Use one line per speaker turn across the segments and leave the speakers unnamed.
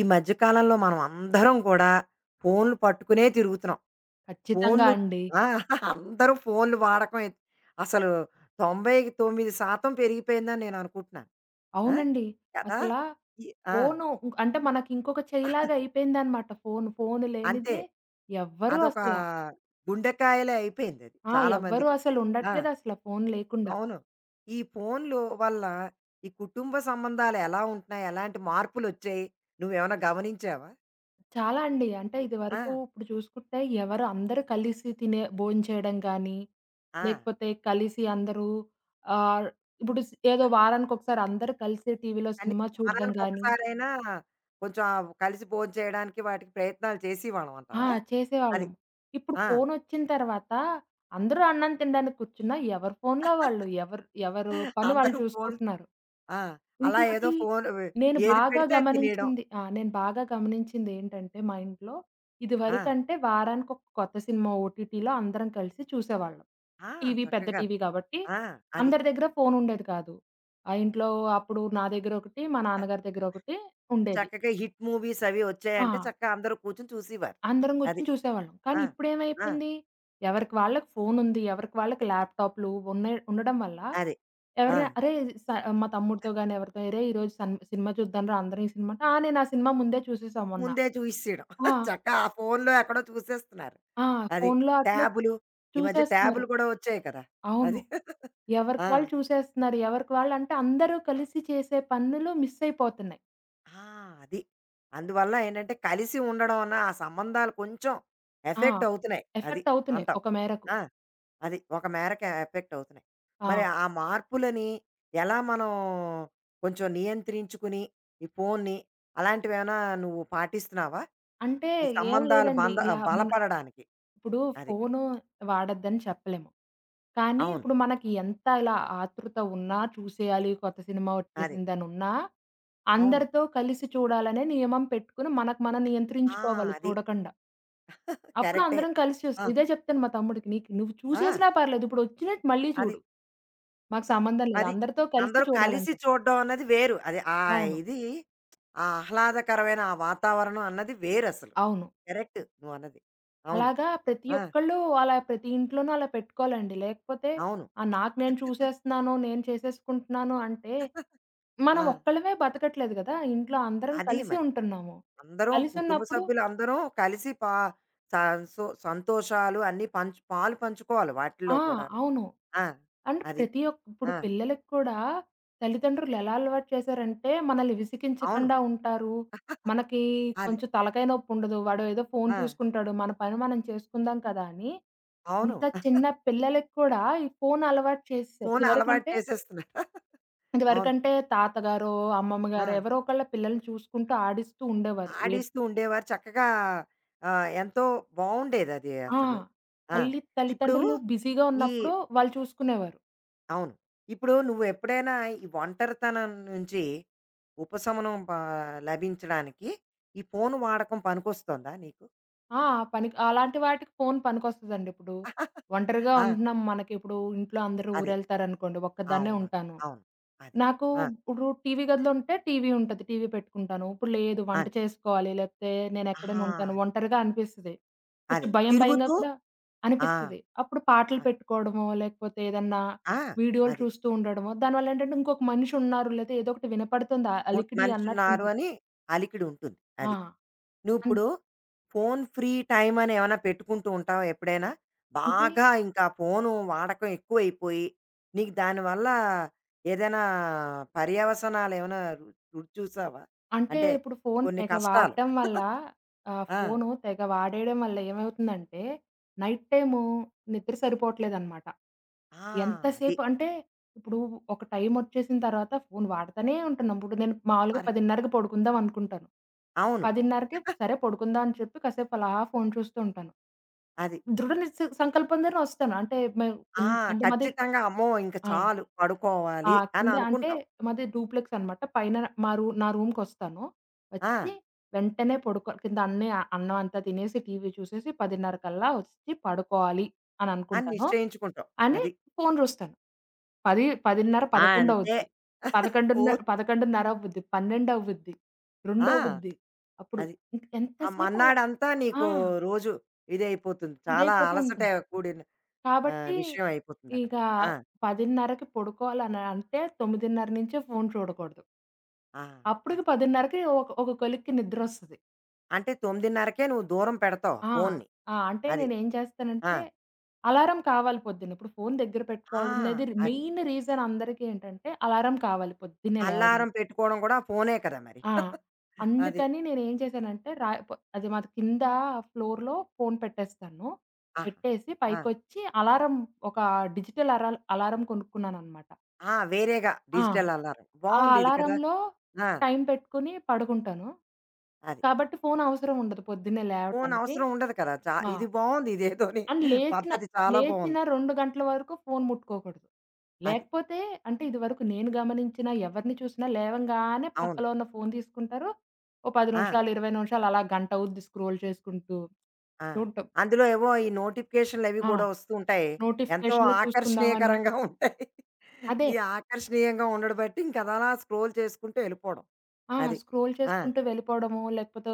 ఈ మధ్య కాలంలో మనం అందరం కూడా ఫోన్లు పట్టుకునే తిరుగుతున్నాం.
ఖచ్చితంగా
ఫోన్లు
అండి.
ఆ! అందరూ ఫోన్లు వాడకం అసలు 99% పెరిగిపోయిందని నేను అనుకుంటున్నాను. ఆ!
అవునండి.
కదా!
అసలా
ఈ ఆ!
ఫోను అంటే మనకి ఇంకొక చెయ్యిలాగా అయిపోయిందనమాట ఫోను. ఫోను
అంతే.
లేనిదే ఎవ్వరు
అదొక
అసల
గుండెకాయలే అయిపోయిందది
ఆ!
చాలా
ఎవ్వరు
మందికి. ఆ!
అసలుండట్లేదసల ఫోను లేకుండా.
అవును. ఈ ఫోన్లు వల్ల ఈ కుటుంబ సంబంధాలు ఎలా ఉంటున్నాయి? ఎలాంటి మార్పులొచ్చాయి? నువ్వేమైనా గమనించావా?
చాలా అండి. అంటే
ఆ!
ఇదివరకు ఇప్పుడు చూసుకుంటే ఎవరు అందరూ కలిసి తినే భోంచేయడం గానీ,
ఆ!
లేకపోతే కలిసి అందరూ ఆహ్, ఇప్పుడు ఏదో వారానికొకసారి అందరూ కలిసి టీవీలో సినిమా
కనీసం
చూడడం
వారానికి
గానీ
ఒక్కసారైనా కొంచెం ఆ కలిసి భోంచేయడానికి వాటికి ప్రయత్నాలు చేసేవాళ్ళం
ఆ!
అంటావా? అది.
చేసేవాళ్ళం. ఇప్పుడు
ఆ!
ఫోనొచ్చిన తర్వాత అందరూ అన్నం తినడానికి కూర్చున్నా ఎవరి ఫోన్‌లో వాళ్ళు. ఎవరు ఎవరు పని వాళ్ళు
అందరూ ఫోన్లు
చూసుకుంటున్నారు.
ఆ! అలా ఏదో
ఇంకొకటి
ఫోన్
నేను
ఏది
బాగా
పెడితే అది తినేయడం.
గమనించింది ఆ! నేను బాగా గమనించింది ఏంటంటే మా ఇంట్లో
ఆ!
ఇదివరకంటే వారానికి ఒక కొత్త సినిమా ఓటీటీలో అందరం కలిసి చూసేవాళ్ళం.
ఆ!
పెద్ద
చక్కగా.
టీవీ కాబట్టి
ఆ! అది.
అందరి దగ్గర ఫోన్ ఉండేది కాదు. ఆ ఇంట్లో అప్పుడు నా దగ్గర ఒకటి, మా
అది
నాన్నగారి దగ్గర ఒకటి ఉండేది.
చక్కగా హిట్ మూవీస్ అవి
ఆ!
వచ్చాయంటే చక్కగా అందరూ కూర్చొని చూసేవారు.
అందరం
అది.
కూర్చొని చూసేవాళ్ళం. కానీ
ఆ! ఆ!
ఇప్పుడేమైపోయింది, ఎవరికి వాళ్ళకి ఫోనుంది. ఎవరికి వాళ్ళకి ల్యాప్‌టాప్‌లు ఉండడం వల్ల
అది. ఆ!
ఎవరైనా అరేయ్! స మా తమ్ముడితో గాని, ఎవరితో "అరేయ్! ఈరోజు సన్ సినిమా చూద్దాం రా అందరం ఈ సినిమా" అంటే, "ఆ! నేను ఆ సినిమా ముందే చూసేసా మొన్న."
ముందే చూసేయడం.
ఆ!
చక్కగా ఆ ఫోన్‌లో ఎక్కడో చూసేస్తున్నారు.
ఆ!
అది.
ఫోనులో అట్లా
ట్యాబులు. ఈ మధ్య
చూసేస్తున్నారు.
ట్యాబులు కూడా వచ్చాయి కదా!
అవును.
అది. ఆ!
ఎవరికి వాళ్ళు చూసేస్తున్నారు. ఎవరికి వాళ్ళు అంటే అందరూ కలిసి చేసే పనులు మిస్ అయిపోతున్నాయి.
ఆ! అది. అందువల్ల ఏంటంటే, కలిసి ఉండడం వలన ఆ సంబంధాలు కొంచెం
ఆ!
ఎఫెక్ట్ అవుతున్నాయి. అది
ఎఫెక్ట్ అవుతున్నాయి
అంటావు.
ఒక మేరకు.
ఆ! అది. ఒక మేరకు ఎఫెక్ట్ అవుతున్నాయి.
ఆ!
మరి ఆ మార్పులని ఎలా మనం కొంచెం నియంత్రించుకుని, ఈ ఫోన్‌ని అలాంటివేమైనా నువ్వు పాటిస్తున్నావా?
అంటే
ఈ
ఏం
సంబంధాలు
లేదండి. ఇలా మన
బలపడడానికి.
ఇప్పుడు
అది.
ఫోను వాడొద్దని చెప్పలేము. కానీ
అవును.
ఇప్పుడు మనకి ఎంత ఇలా ఆతృత ఉన్నా, చూసేయాలి కొత్త సినిమా
అది.
వచ్చేసిందనున్నా,
అవును.
అందరితో కలిసి చూడాలనే నియమం పెట్టుకొని మనకు మనం
ఆ!
నియంత్రించుకోవాలి
అది.
చూడకండా. అప్పుడు
కరెక్టే.
అందరం కలిసి
ఆ!
చూస్తాం. ఇదే చెప్తాను మా తమ్ముడికి, "నీకు నువ్వు
ఆ!
చూసేసినా పర్లేదు. ఇప్పుడు వచ్చినట్టు మళ్ళీ
అది.
చూడు. మాకు సంబంధం లేదు.
అది.
అందరితో కలిసి
అందరూ కలిసి
చూడాలంతే."
చూడ్డం అన్నది వేరు. అది ఆ
అవును.
ఇది ఆ ఆహ్లాదకరమైన ఆ వాతావరణం అన్నది వేరసలు.
అవును.
కరెక్ట్ నువ్వన్నది. అవును.
అలాగా ప్రతి
ఆ!
ఒక్కళ్ళు అలా ప్రతి ఇంట్లోనూ అలా పెట్టుకోవాలండి. లేకపోతే,
అవును.
"ఆ! నాకు నేను చూసేస్తున్నాను. నేను చేసేసుకుంటున్నాను" అంటే
ఆ!
మనం ఒక్కళ్ళమే బతకట్లేదు గదా! ఇంట్లో అందరం
అది
కలిసి
మరి.
ఉంటున్నాము.
అందరం కుటుంబ
కలిసున్నప్పుడు
సభ్యులందరం కలిసి సంతోషాలు అన్నీ పాలు పంచుకోవాలి వాటిల్లో
ఆ!
కూడాను.
అవును.
ఆ!
అండ్
అది.
ప్రతి ఒక్ ఇప్పుడు
ఆ!
పిల్లలకి కూడా తల్లిదండ్రులు ఎలా అలవాటు చేశారంటే, మనల్ని
అవును.
విసిగించకుండా ఉంటారు. మనకి
అది.
కొంచెం తలకాయ నొప్పుండదు. వాడు ఏదో ఫోను
ఆ!
చూసుకుంటాడు. మన పని మనం చేసుకుందాం కదా! అని
అవును.
అంత చిన్న పిల్లలకి కూడా ఈ ఫోను అలవాటు చేసేసారు.
ఫోను అలవాటు
ఇదివరకంటే
చేసేస్తున్నారు. అవును.
ఇదివరకంటే తాతగారో, అమ్మమ్మ గారో
ఆ!
ఎవరో ఒకళ్ళ పిల్లల్ని చూసుకుంటూ ఆడిస్తూ ఉండేవారు. ఏ
ఆడిస్తూ ఉండేవారు చక్కగా ఆహ్, ఎంతో బావుండేదది
ఆ!
అసలు. ఆ!
తల్లి
ఇప్పుడు
తల్లితండ్రులు బిజీగా
ఈ
ఉన్నప్పుడు వాళ్ళు చూసుకునేవారు.
అవును. ఇప్పుడు నువ్వెప్పుడైనా ఈ ఒంటరితనం నుంచి ఉపశమనం లభించడానికి ఈ ఫోను వాడకం పనికొస్తోందా నీకు?
ఆ! పనికి అలాంటి వాటికి ఫోను పనికొస్తదండి ఇప్పుడు. ఒంటరిగా
ఆ!
ఉంటున్నాం మనకిప్పుడు ఇంట్లో అందరూ
అదే.
ఊరెళ్తారనుకోండి ఒక్కదాన్నే
అవును.
ఉంటాను.
అవును. అది.
నాకు
ఆ!
ఇప్పుడు టీవీ గదిలో ఉంటే టీవీ ఉంటది. టీవీ పెట్టుకుంటాను. ఇప్పుడు లేదు వంట
అది.
చేసుకోవాలి లేకపోతే నేనెక్కడైనా
ఆ!
ఉంటాను.
అది.
ఒంటరిగా అనిపిస్తది.
అది.
కొంచెం భయం భయంగా
తిరుగుతూ
కూడా
ఆ!
అనిపిస్తది. అప్పుడు పాటలు
ఆ!
పెట్టుకోవడమో లేకపోతే ఏదన్నా
ఆ!
వీడియోలు
అది.
చూస్తూ ఉండడమో దానివల్ల ఏంటంటే ఇంకొక మనిషి ఉన్నారు లేదా ఏదో ఒకటి వినపడుతుంది. ఆ అలికిడి
మనిషున్నారు
అన్నట్టుంటది.
అని అలికిడుంటుంది.
ఆ!
అది.
అన్
నువ్విప్పుడు ఫోను ఫ్రీ టైమని ఏమన్నా పెట్టుకుంటూ ఉంటావా ఎప్పుడైనా?
అంటే
బాగా ఇంకా ఫోను వాడకం ఎక్కువైపోయి, నీకు దానివల్ల ఏదైనా పర్యవసనాలేమైనా రుచి చూసావా?
అంటే
అంటే
ఇప్పుడు ఫోను
కొన్ని
తెగ
కష్టాలు.
వాడడం వల్ల
ఆ!
ఫోను తెగ వాడేయడం వల్ల ఏమవుతుందంటే, నైట్ టైము నిద్ర సరిపోవట్లేదనమాట.
ఆ! అది.
ఎంతసేపు అంటే, ఇప్పుడు ఒక టైమొచ్చేసిన తర్వాత ఫోను వాడతానే ఉంటున్నాం. ఇప్పుడు నేను మామూలుగా
మరి
10:30కి పడుకుందాం అనుకుంటాను.
అవును.
10:30కి సరే పడుకుందాం అని చెప్పి కాసేపు అలా ఫోను చూస్తూ ఉంటాను.
అది.
దృఢ నిశ్చ సంకల్పంతోనే వస్తాను. అంటే మే
ఆ!
హ్మ్. అంటే మాది
ఖచ్చితంగా అమ్మో! ఇంక
ఆ!
చాలు
ఆ!
పడుకోవాలి అని
కింద అంటే
అనుకుంటావు.
మాది డూప్లెక్స్ అనమాట. పైన మా రూ నా రూమ్‌కొస్తాను.
ఆ!
వచ్చి వెంటనే పడుకో కింద అన్నీ అన్నం అంతా తినేసి, టీవీ చూసేసి 10:30 కల్లా వచ్చి పడుకోవాలి అని
అని
అనుకుంటాను.
నిశ్చయించుకుంటావు.
అని
అది.
ఫోను చూస్తాను. 10 10:30,
ఆ,
11
అంతే.
అవుద్ది.
ఫోను
11:30 అవుద్ది. 12 అవుద్ది. 2
ఆ!
అవుద్ది. అప్పుడు
అది.
ఇంక
ఆ
ఎంతసేపు అలా
మన్నాడంతా
ఆ!
నీకు రోజు ఇదైపోతుంది. చాలా
ఇదైపోతూ
అలసట
ఉంటుంది.
కూడిన ఆహ్,
కాబట్టి
విషయం అయిపోతుందక్కడ.
ఇక
ఆ!
10:30కి పడుకోవాలని అంటే 9:30 నుంచే ఫోను చూడకూడదు.
ఆ!
అప్పటికి
అది.
10:30కి ఒక ఒక కొలిక్కి నిద్రొస్తది.
అంటే 9:30కే నువ్వు దూరం పెడతావు
ఆ!
ఫోన్ని.
ఆ! అంటే
అది.
నేనేం
ఆ!
చేస్తానంటే, అలారం కావాలి పొద్దున్న. ఇప్పుడు ఫోను దగ్గర
ఆ!
పెట్టుకోవడం అనేది
అది.
మెయిన్ రీజన్ అందరికీ ఏంటంటే, అలారం కావాలి పొద్దున్నే
అల్లారం
లేవడానికి.
పెట్టుకోవడం కూడా ఫోనే కదా మరి.
ఆ!
అది.
అందుకని నేనేం చేశానంటే, రా పొ అది మాది కింద ఫ్లోర్‌లో ఫోను పెట్టేస్తాను.
ఆహా!
పెట్టేసి
ఆ!
పైకొచ్చి అలారం ఒక డిజిటల్ అరాల్ అలారం కొనుక్కున్నాననమాట.
ఆ! వేరేగా
ఆ!
Digital alarm.
ఆ
బావుందిది కదా!
అలారంలో
ఆ!
టైం పెట్టుకొని పడుకుంటాను.
అది.
కాబట్టి ఫోను అవసరం ఉండదు పొద్దున్నే
ఫోను
లేవటానికి.
అవసరం ఉండదు కదా!
ఆ!
ఇది బావుంది ఇదేదోని
అండ్
పద్ధతి చాలా
లేచిన
బావుంది.
2 గంటల వరకు ఫోను ముట్టుకోకూడదు.
అది.
లేకపోతే అంటే ఇదివరకు నేను గమనించిన ఎవరిని చూసినా లేవంగానే
అవును.
పక్కలో ఉన్న ఫోను తీసుకుంటారు. ఓ 10
ఆ!
నిమిషాలు, 20 నిమిషాలు అలా గంట అవుద్ది స్క్రోల్ చేసుకుంటూ
ఆ!
చూడటం.
అందులో ఏవో ఈ నోటిఫికేషన్‌లు అవి
ఆ!
కూడా వస్తూ ఉంటాయి. ఎంతో
నోటిఫికేషన్‌లు చూసుకుందామని
ఆకర్షణీయకరంగా ఉంటాయి.
అదే.
ఈ ఆకర్షణీయంగా ఉండడం బట్టి ఇంక అదలా స్క్రోల్ చేసుకుంటూ వెళ్ళిపోవడం. అది.
స్క్రోల్
ఆ!
చేసుకుంటూ వెళ్ళిపోవడము, లేకపోతే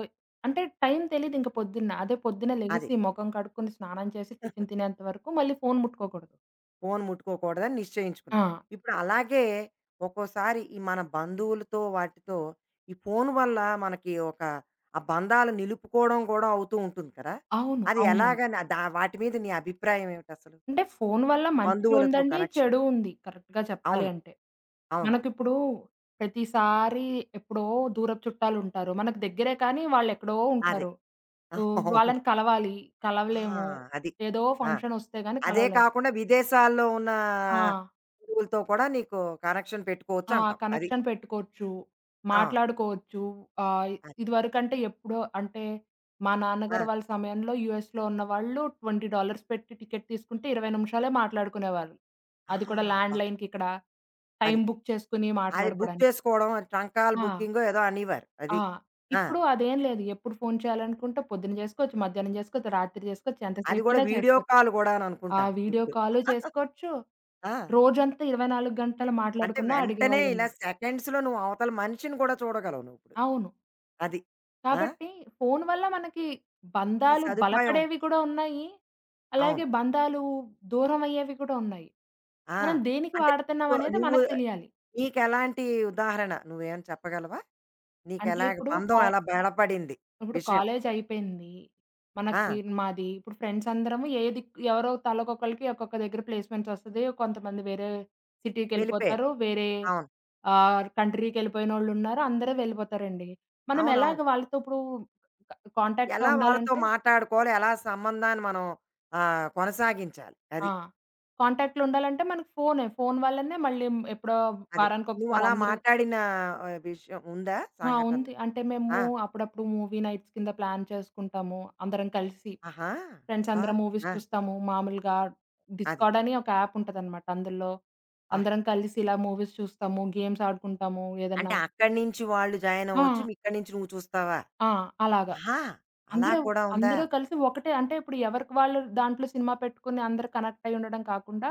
అంటే టైం తెలీదు ఇంక పొద్దున్న. అదే పొద్దున్న
అది.
లెగిసి మొఖం కడుక్కొని, స్నానం చేసి, టిఫిన్ తినేంత వరకు మళ్ళీ ఫోను ముట్టుకోకూడదు.
ఫోను ముట్టుకోకూడదని నిశ్చయించుకున్నాం.
ఆ!
ఇప్పుడు అలాగే ఒక్కోసారి ఈ మన బంధువులతో వాటితో ఈ ఫోను వల్ల మనకి ఒక ఆ బంధాలు నిలుపుకోవడం కూడా అవుతూ ఉంటుంది కదా!
అవును.
అది
అవునండి.
ఎలాగని వాటి మీద నీ అభిప్రాయం ఏమిటసలు?
అంటే ఫోను వల్ల మంచి
బంధువులతో
ఉందండి,
కనెక్షన్.
చెడు ఉంది కరెక్ట్‌గా చెప్పాలి
అవును.
అంటే.
అవును.
మనకిప్పుడు ప్రతిసారి ఎప్పుడో దూరపు చుట్టాలుంటారు. మనకు దగ్గరే కానీ వాళ్ళెక్కడో
అదే.
ఉంటారు. హ్మ్,
అవును.
వాళ్ళని కలవాలి,
ఆ!
కలవలేము.
అది.
ఏదో
ఆ!
ఫంక్షనొస్తే గాని
అదే
కలవలేము.
కాకుండా విదేశాల్లో ఉన్న
ఆ!
హిందువులతో కూడా నీకు కనెక్షన్
ఆ!
పెట్టుకోవచ్చంటావు. అది.
కనెక్షన్ పెట్టుకోవచ్చు,
ఆ!
మాట్లాడుకోవచ్చు. ఆహ్,
అది.
ఇదివరకంటే ఎప్పుడో అంటే మా నాన్నగారు
ఆ!
వాళ్ళ సమయంలో యూఎస్‌లో ఉన్నవాళ్ళు $20 పెట్టి టికెట్ తీసుకుంటే 20 నిమిషాలే మాట్లాడుకునేవారు.
ఆ!
అది కూడా
అబ్బా!
ల్యాండ్‌లైన్‌కి ఇక్కడ టైం
అది.
బుక్ చేసుకొని
అది బుక్
మాట్లాడుకోడానికి.
చేసుకోవడం అది ట్రంకాల్
ఆ!
బుకింగో ఏదో అనేవారు.
ఆ!
అది. ఆ!
ఇప్పుడు అదేం లేదు. ఎప్పుడు ఫోను చేయాలనుకుంటే పొద్దున చేసుకోవచ్చు, మధ్యాహ్నం చేసుకోవచ్చు, రాత్రి చేసుకోవచ్చు,
అది కూడా
ఎంతసేపైనా
వీడియో
చేసుకోవచ్చు.
కాల్
ఆ
గూడాననుకుంటాను
వీడియో
ఇప్పుడు.
కాలు చేసుకోవచ్చు.
ఆ!
రోజంతా 24 గంటలు
అంటే
మాట్లాడుకున్నా
వెంటనే ఇలా
అడిగేవాళ్ళుండరు.
సెకండ్స్‌లో నువ్వు అవతల మనిషిని కూడా చూడగలవు నువ్విప్పుడు.
అవును.
అది. ఆ!
కాబట్టి ఫోను వల్ల మనకి
ఈ
బంధాలు
సదుపాయం
బలపడేవి కూడా ఉన్నాయి.
అవును.
అలాగే బంధాలు దూరమయ్యేవి కూడా ఉన్నాయి.
ఆ!
మనం దేనికి
అంటే నువ్వు
వాడుతున్నామనేది
నువ్వు
మనకు తెలియాలి.
నీకెలాంటి ఉదాహరణ నువ్వేమైనా చెప్పగలవా?
అంటే
నీకెలాగ
ఇప్పుడు
బంధం
కా
ఎలా బలపడింది
ఇప్పుడు
విషయం.
కాలేజ్ అయిపోయింది. మనకి
ఆ!
మాది ఇప్పుడు ఫ్రెండ్స్ అందరము ఏ దిక్కు ఎవరో తలకొకళ్ళకి ఒక్కొక్క దగ్గర ప్లేస్‌మెంట్స్ వస్తది. కొంతమంది వేరే
వెళ్ళిపోయారు.
సిటీకెళ్ళిపోతారు. వేరే
అవును.
కంట్రీకెళ్ళిపోయినోళ్ళున్నారు. అందరూ వెళ్ళిపోతారండి. మనం ఎలాగ
అవునవును.
వాళ్ళతో ఇప్పుడు క కాంటాక్ట్‌లో
ఎలా వాళ్ళతో
ఉండాలంటే
మాట్లాడుకోవాలి, ఎలా సంబంధాన్ని మనం ఆహ్, కొనసాగించాలి. అది.
ఆ! కాంటాక్ట్‌లో ఉండాలంటే మనకు ఫోనే. ఫోను వల్లనే మళ్ళీ ఎప్పుడో
అది. నువ్వు
వారానికొకసారి
అలా
అందరూ
మాట్లాడిన ఆహ్, విషయం ఉందా సంఘటన?
ఉంది. అంటే
ఆ!
మేము అప్పుడప్పుడు మూవీ నైట్స్ కింద ప్లాన్ చేసుకుంటాము. అందరం కలిసి.
ఆహా!
ఫ్రెండ్స్
అబ్బా!
అందరం మూవీస్
ఆ!
చూస్తాము. మామూలుగా
అది.
డిస్కార్డ్ అని ఒక యాప్ ఉంటదనమాట. అందులో
ఆహా!
అందరం కలిసి ఇలా మూవీస్ చూస్తాము, గేమ్స్ ఆడుకుంటాము, ఏదన్నా
అంటే అక్కడి నుంచి వాళ్ళు జాయిన్
ఆ!
అవ్వచ్చు. మీ ఇక్కడి నుంచి నువ్వు చూస్తావా?
ఆ! అలాగా.
ఆహా! అలా
అందరూ
కూడా ఉందా?
అందరూ కలిసి ఒకటే అంటే ఇప్పుడు ఎవరికి వాళ్ళు దాంట్లో సినిమా పెట్టుకొని అందరూ కనెక్ట్ అయ్యుండడం కాకుండా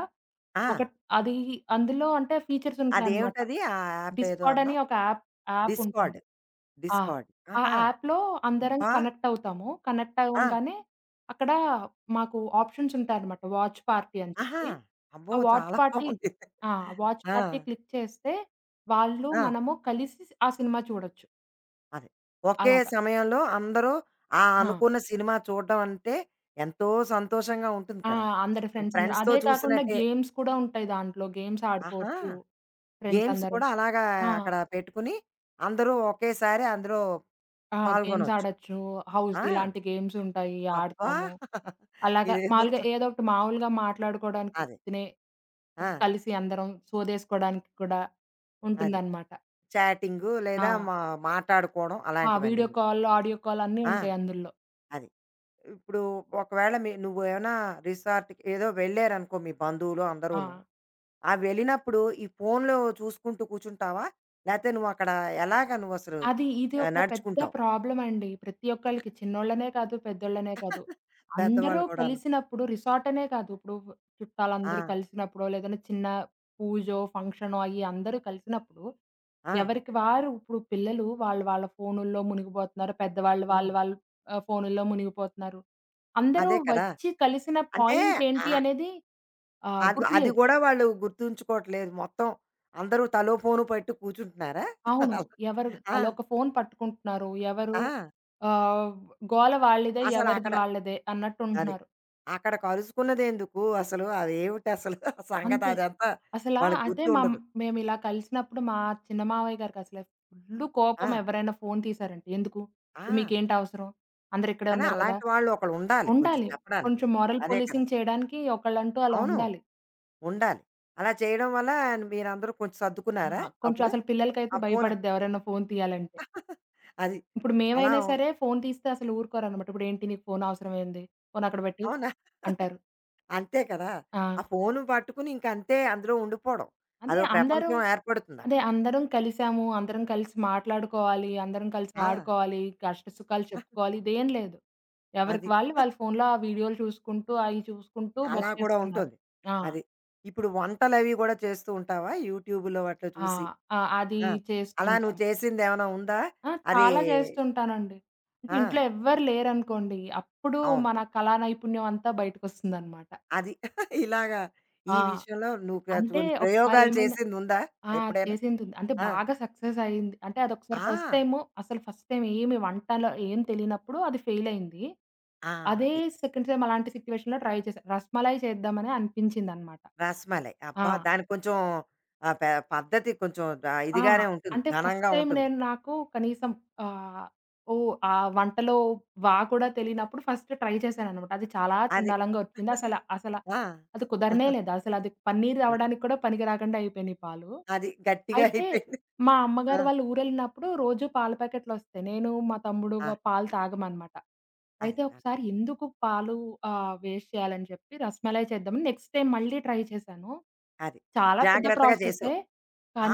ఆ!
ఒక అది అందులో అంటే ఫీచర్స్ ఉంటాయన్నమాట.
అదేమిటది? ఆ యాప్ ఏదో
డిస్కార్డ్ అని
అన్నావు?
ఒక యాప్ యాప్ ఉంటుంది.
డిస్కార్డ్.
ఆ!
డిస్కార్డ్.
ఆ
ఆహా!
యాప్‌లో అందరం
అబ్బా!
కనెక్ట్ అవుతాము. కనెక్ట్
ఆ!
అవ్వంగానే అక్కడ మాకు ఆప్షన్స్ ఉంటాయన్నమాట. వాచ్ పార్టీ అని
ఆహా!
చెప్పి.
అబ్బో!
ఆ వాచ్
చాలా
పార్టీ
బావుంది.
ఆ! వాచ్
ఆ!
పార్టీ క్లిక్ చేస్తే వాళ్ళు,
ఆ!
మనము కలిసి ఆ సినిమా చూడొచ్చు.
అదే. ఒకే
అలాగా.
సమయంలో అందరూ ఆ
ఆ!
అనుకున్న సినిమా చూడ్డం అంటే ఎంతో సంతోషంగా ఉంటుంది
ఆ!
కదా!
అందరి ఫ్రెండ్స్ అందరూ.
ఫ్రెండ్స్‌తో
అదే కాకుండా
చూసినట్టే.
గేమ్స్ కూడా ఉంటాయి దాంట్లో. గేమ్స్
ఆహా!
ఆడుకోవచ్చు ఫ్రెండ్స్
గేమ్స్
అందరం.
కూడా అలాగా
ఆ!
అక్కడ పెట్టుకుని అందరూ ఒకేసారి అందులో
ఆ! గేమ్స్
పాల్గొనొచ్చు.
ఆడొచ్చు. హౌస్
ఆ!
ఇలాంటి గేమ్స్ ఉంటాయి
అబ్బా!
ఆడతాము. అలాగా
ఇదేదో
మాములుగా ఏదో ఒకటి మామూలుగా మాట్లాడుకోవడానికి
అదే.
తినే
ఆ!
కలిసి అందరం సోదేసుకోవడానికి కూడా
అది.
ఉంటుందన్నమాట.
చాటింగు లేదా
ఆ!
మాట్లాడుకోవడం
ఆ! వీడియో
అలాంటివన్నీను.
కాల్, ఆడియో కాల్ అన్నీ
ఆ!
ఉంటాయి అందుల్లో.
అది. ఇప్పుడు ఒకవేళ మీ నువ్వేమైనా రిసార్ట్‌కి ఏదో వెళ్ళారనుకో మీ బంధువులు
ఆ!
అందరూను. ఆ వెళ్ళినప్పుడు ఈ ఫోన్‌లో చూసుకుంటూ కూర్చుంటావా? లేతే నువ్వక్కడ ఎలాగ నువ్వసలు
అది ఇది
ఆహ్,
ఒక పెద్ద
నడుచుకుంటావు?
ప్రాబ్లమ్ అండి. ప్రతి ఒక్కళ్ళకి చిన్నోళ్ళనే కాదు, పెద్దోళ్ళనే కాదు. అందరూ
పెద్దవాళ్ళు కూడాను.
కలిసినప్పుడు రిసార్ట్ అనే కాదు. ఇప్పుడు
ఆ!
చుట్టాలందరూ కలిసినప్పుడో, లేదంటే చిన్న పూజో, ఫంక్షనో అయ్యి అందరూ కలిసినప్పుడు
ఆ!
ఎవరికి వారు ఇప్పుడు పిల్లలు వాళ్ళు వాళ్ళ ఫోనుల్లో మునిగిపోతున్నారు. పెద్దవాళ్ళు
హ్మ్.
వాళ్ళు వాళ్ళు ఫోనుల్లో మునిగిపోతున్నారు. అందరూ
అదే కదా!
వచ్చి కలిసిన
అంటే
పాయింట్ ఏంటి
ఆహ్,
అనేది
అది అది
గుర్తులేదు.
గూడా వాళ్ళు గుర్తుంచుకోవట్లేదు. మొత్తం అందరూ తలో ఫోను పట్టు కూర్చుంటున్నారా?
అవును. ఎవరు
ఆ!
తలోక ఫోను పట్టుకుంటున్నారు.
ఆ!
ఆహ్, గోల వాళ్ళదే, ఎవరిది
అసలక్కడ
వాళ్ళదే అన్నట్టు
అది.
ఉంటున్నారు.
అక్కడ కలుసుకున్నదెందుకు అసలు? అదేమిటసలు ఆ సంగతి
అంతే.
అదంతా
అసలా
వాళ్ళకి
అయితే మం
గుర్తుండదు.
మేమిలా కలిసినప్పుడు మా చిన్న మావయ్య గారికి అసలు ఫుల్లు
ఆ!
కోపం ఎవరైనా ఫోను తీశారంటే. ఎందుకు?
ఆ!
ఇప్పుడు మీకేంటి అవసరం? అందరిక్కడే
కానీ
ఉన్నారు కదా!
అలాంటి వాళ్ళు ఒకళ్ళు ఉండాలి కొంచెం
ఉండాలి.
చెప్పడానికి.
కొంచెం మోరల్
అదే కదా!
పోలీసింగ్ చేయడానికి ఒకళ్ళంటూ అలా
అవును.
ఉండాలి.
ఉండాలి. అలా చేయడం వల్ల మీరందరూ కొంచెం సర్దుకున్నారా
ఆ! కొంచెం
అప్పుడు?
అసలు పిల్లలకైతే
ఆ ఫోన్
భయపడద్ది ఎవరైనా ఫోను తీయాలంటే.
అది.
ఇప్పుడు
అలా
మేమైనా
ఉన్
సరే ఫోను తీస్తే అసలు ఊరుకోరనమాట. "ఇప్పుడేంటి నీకు ఫోను అవసరమేంది? ఫోను అక్కడ పెట్టు"
అవునా?
అంటారు.
అంతే కదా!
ఆ!
ఆ ఫోను పట్టుకుని ఇంకంతే అందులో ఉండిపోవడం.
అదే
అదో
అందరూ
ప్రపంచం
అదే
ఏర్పడుతుందక్కడ.
అందరం కలిసాము, అందరం కలిసి మాట్లాడుకోవాలి, అందరం కలిసి
ఆ!
ఆడుకోవాలి, కష్ట సుఖాలు చెప్పుకోవాలి ఇదేం లేదు. ఎవరికి
అది.
వాళ్ళు వాళ్ళ ఫోనులో ఆ వీడియోలు చూసుకుంటూ, అయి చూసుకుంటూ
అలా కూడా
బతికేస్తున్నారు.
ఉంటుంది.
ఆ!
అది. ఇప్పుడు వంటలవి గూడా చేస్తూ ఉంటావా? యూట్యూబ్‌లో అట్లా
ఆ!
చూసి.
ఆ! అది
ఆ!
చేస్తూ
అలా
ఉంటాం.
నువ్వు చేసిందేమైనా ఉందా? అది
చాలా చేస్తుంటానండి. అంటే
ఆ!
ఇంట్లో ఎవ్వరు లేరనుకోండి. అప్పుడు
అవును.
మన కళా నైపుణ్యం అంతా బయటకొస్తుందనమాట.
అది. ఇలాగా ఈ
ఆ!
విషయంలో నువ్వు
అంటే
కొన్ని
ఒకసారి
ప్రయోగాలు
ఏమైంద
చేసిందుందా
ఆ!
ఎప్పుడైనా?
చేసిందుంది. అంటే
ఆ!
బాగా సక్సెస్ అయింది. అంటే అదొకసారి
ఆ!
ఫస్ట్ టైము అసలు ఫస్ట్ టైమ్ ఏమి వంటలో ఏం తెలియనప్పుడు అది ఫెయిలయింది.
ఆ!
అదే
అది.
సెకండ్ టైమ్ అలాంటి సిట్యుయేషన్‌లో ట్రై చేశా. రసమలై చేద్దామని అనిపించిందనమాట.
రసమలై. అబ్బా!
ఆ!
దానికి కొంచెం ఆహ్, పద్ధతి కొంచెం
ఆ!
ఇదిగానే ఉంటుంది.
అంటే ఫస్ట్
ఘనంగా
టైమ్
ఉంటుంది.
నేను నాకు కనీసం ఆహ్, ఓహ్! ఆ వంటలో కూడా తెలియనప్పుడు ఫస్ట్ ట్రై చేశాననమాట. అది చాలా
అది.
చెండాలంగా వచ్చింది. అసల అసల
ఆ!
అది కుదరనే లేదు. అసలది పన్నీర్
ఆహా!
అవ్వడానికి కూడా పనికి రాకుండా అయిపోయినాయి పాలు.
అది. గట్టిగా
అయితే
అయిపోయింది.
మా
ఆ!
అమ్మగారు వాళ్ళు ఊరెళ్ళినప్పుడు రోజు పాల ప్యాకెట్‌లొస్తాయి. నేను, మా తమ్ముడు
ఆ!
పాలు తాగమనమాట.
అది.
అయితే
ఆ!
ఒకసారి ఎందుకు పాలు వేస్ట్ చేయాలని చెప్పి రసమలై చేద్దామని నెక్స్ట్ టైమ్ మళ్ళీ ట్రై చేశాను.
అది.
చాలా పెద్ద
జాగ్రత్తగా
ప్రాసెసే.
చేసావు.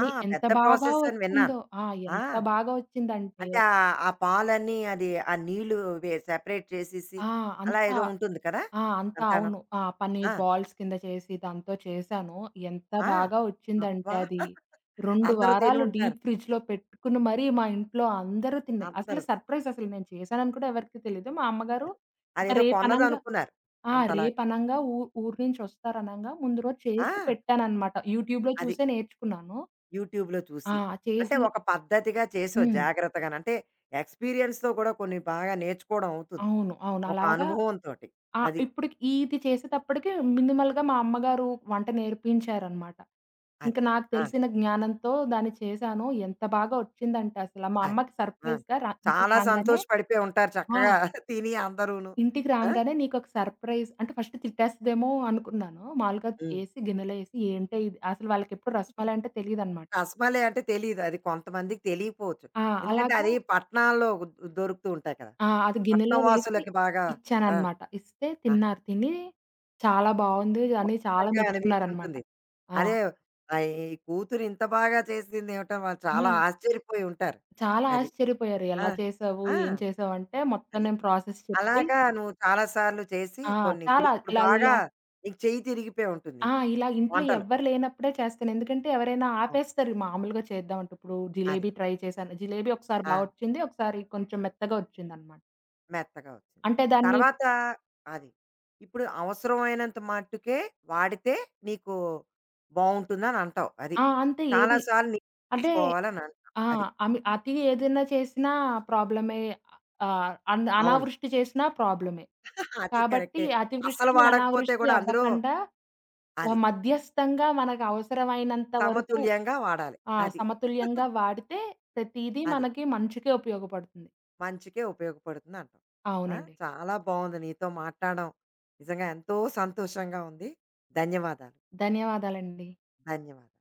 ఆ!
ఎంత
పెద్ద
బాగా
ప్రాసెస్ అని విన్నాను.
వచ్చిందో.
ఆ!
ఎంత బాగా వచ్చిందంటే
అంటే ఆహ్, ఆ పాలన్నీ అది ఆ నీళ్లు సెపరేట్ చేసేసి
ఆ!
అలా
అంతా
ఏదో ఉంటుంది కదా!
ఆ! అంతా
అంతాను.
అవును. పని
ఆ!
బాల్స్ కింద చేసి దాంతో చేశాను. ఎంత
ఆ!
బాగా వచ్చిందంటే
అబ్బా!
అది 2
అందరూ
వారాలు
తినుంటారు.
డీప్ ఫ్రిడ్జ్‌లో పెట్టుకొని మరీ మా ఇంట్లో అందరూ తిన్నారు. అసలు
అందరూ.
సర్ప్రైజ్ అసలు నేను చేశానని కూడా ఎవరికీ తెలీదు. మా అమ్మగారు
అది.
ఇంక
అదేదో
రేపనంగా
కొన్నదనుకున్నారు.
ఆ!
అంతలాగా.
రేపనంగా ఊ ఊరు నుంచి వస్తారనంగా ముందు రోజు
ఆ!
చేసి పెట్టాననమాట. యూట్యూబ్‌లో
అది.
చూసే నేర్చుకున్నాను.
యూట్యూబ్‌లో
ఆ!
చూసి. అంటే
చేసి
ఒక పద్ధతిగా చేసావు
హ్మ్.
జాగ్రత్తగాను. అంటే ఎక్స్‌పీరియన్స్‌తో కూడా కొన్ని బాగా నేర్చుకోవడం అవుతుంది.
అవును. అవును.
ఒక
అలాగా
అనుభవంతోటి. అది.
ఇప్పుడికి ఇది చేసేటప్పటికి మినిమల్‌గా మా అమ్మగారు వంట నేర్పించారనమాట. ఇంక
అది.
నాకు
ఆ!
తెలిసిన జ్ఞానంతో దాన్ని చేశాను. ఎంత బాగా వచ్చిందంటే అసల మా
అది.
అమ్మకి
ఆ!
సర్ప్రైజ్‌గా ఇంటికి
చాలా
రాంగానే
సంతోషపడిపోయి ఉంటారు
ఆ!
చక్కగా తిని అందరూను.
ఇంటికి
ఆ!
రాంగానే నీకొక సర్ప్రైజ్ అంటే ఫస్ట్ తిట్టేస్తదేమో అనుకున్నాను. మాములుగా
హ్మ్.
చేసి గిన్నెలో ఏసి ఏంటే ఇది అసలు వాళ్ళకెప్పుడు రసమలై అంటే తెలీదనమాట.
రసమలై అంటే తెలీదు. అది కొంతమందికి తెలియకపోవచ్చు.
ఆ!
ఎందుకంటే
అలాగా
అది పట్టణాల్లో ఉ- దొరుకుతూ ఉంటాయి కదా!
ఆ! అది
పట్టణ
గిన్నెలో వేసి
వాసులకి బాగా ఆ!
ఇచ్చాననమాట. ఇస్తే
ఆహ్,
తిన్నారు. తిని చాలా బావుంది అని చాలా
మధురంగా
మెచ్చుకున్నారనమాట.
అనిపించుంటుంది.
ఆ!
అదే ఆహ్, ఈ కూతురు ఇంత బాగా చేసిందేమిటో వాళ్ళు చాలా
ఆ!
ఆశ్చర్యపోయి ఉంటారు.
చాలా
అది.
ఆశ్చర్యపోయారు.
ఆ!
ఎలా చేసావు?
ఆ!
ఏం చేసావంటే మొత్తం
అది.
నేను ప్రాసెస్ చెప్పి
అలాగా నువ్వు చాలా సార్లు చేసి
ఆ!
కొన్ని ఇప్పుడు
చాలా
ఇప్పుడు
ఇలా
బాగా
ఇలా
నీకు చెయ్యి తిరిగిపోయి ఉంటుంది
ఆ!
నీకు
ఇలా ఇంట్లో
వంటలు.
ఎవ్వరు లేనప్పుడే చేస్తాను. ఎందుకంటే ఎవరైనా
అవును.
ఆపేస్తారు మామూలుగా చేద్దామంటే. ఇప్పుడు
అది.
జిలేబీ ట్రై చేశాను. జిలేబీ ఒకసారి
ఆ!
బా వచ్చింది. ఒకసారి కొంచెం మెత్తగా వచ్చిందనమాట.
మెత్తగా వచ్చింది.
అంటే దాన్ని
తర్వాత అది. ఇప్పుడు అవసరమైనంత మట్టుకే వాడితే నీకు బావుంటుందనంటావు. అది.
ఆ! అంతే
చాలా
ఏది
సార్లు
అంటే
నిరూపించుకోవాలనంటావు.
ఆ!
అది.
అమి అతి ఏదైనా చేసినా ప్రాబ్లమే. ఆహ్, అన్
అవును.
అనావృష్టి చేసినా ప్రాబ్లమే.
అది
కాబట్టి
కరెక్టే. అస్సలు
అతివృష్టి,
వాడకపోతే
అనావృష్టి
గూడా అందులో
అవ్వకండా
అది.
మధ్యస్థంగా మనకు అవసరమైనంత వరకు
సమతుల్యంగా వాడాలి. అది.
సమతుల్యంగా వాడితే ప్రతీదీ
అది.
మనకి మంచికే ఉపయోగపడుతుంది.
మంచికే ఉపయోగపడుతుందంటావు. ఆ!
అవునండి.
చాలా బావుంది నీతో మాట్లాడడం. నిజంగా ఎంతో సంతోషంగా ఉంది. ధన్యవాదాలు.
ధన్యవాదాలండి.
ధన్యవాదాలు.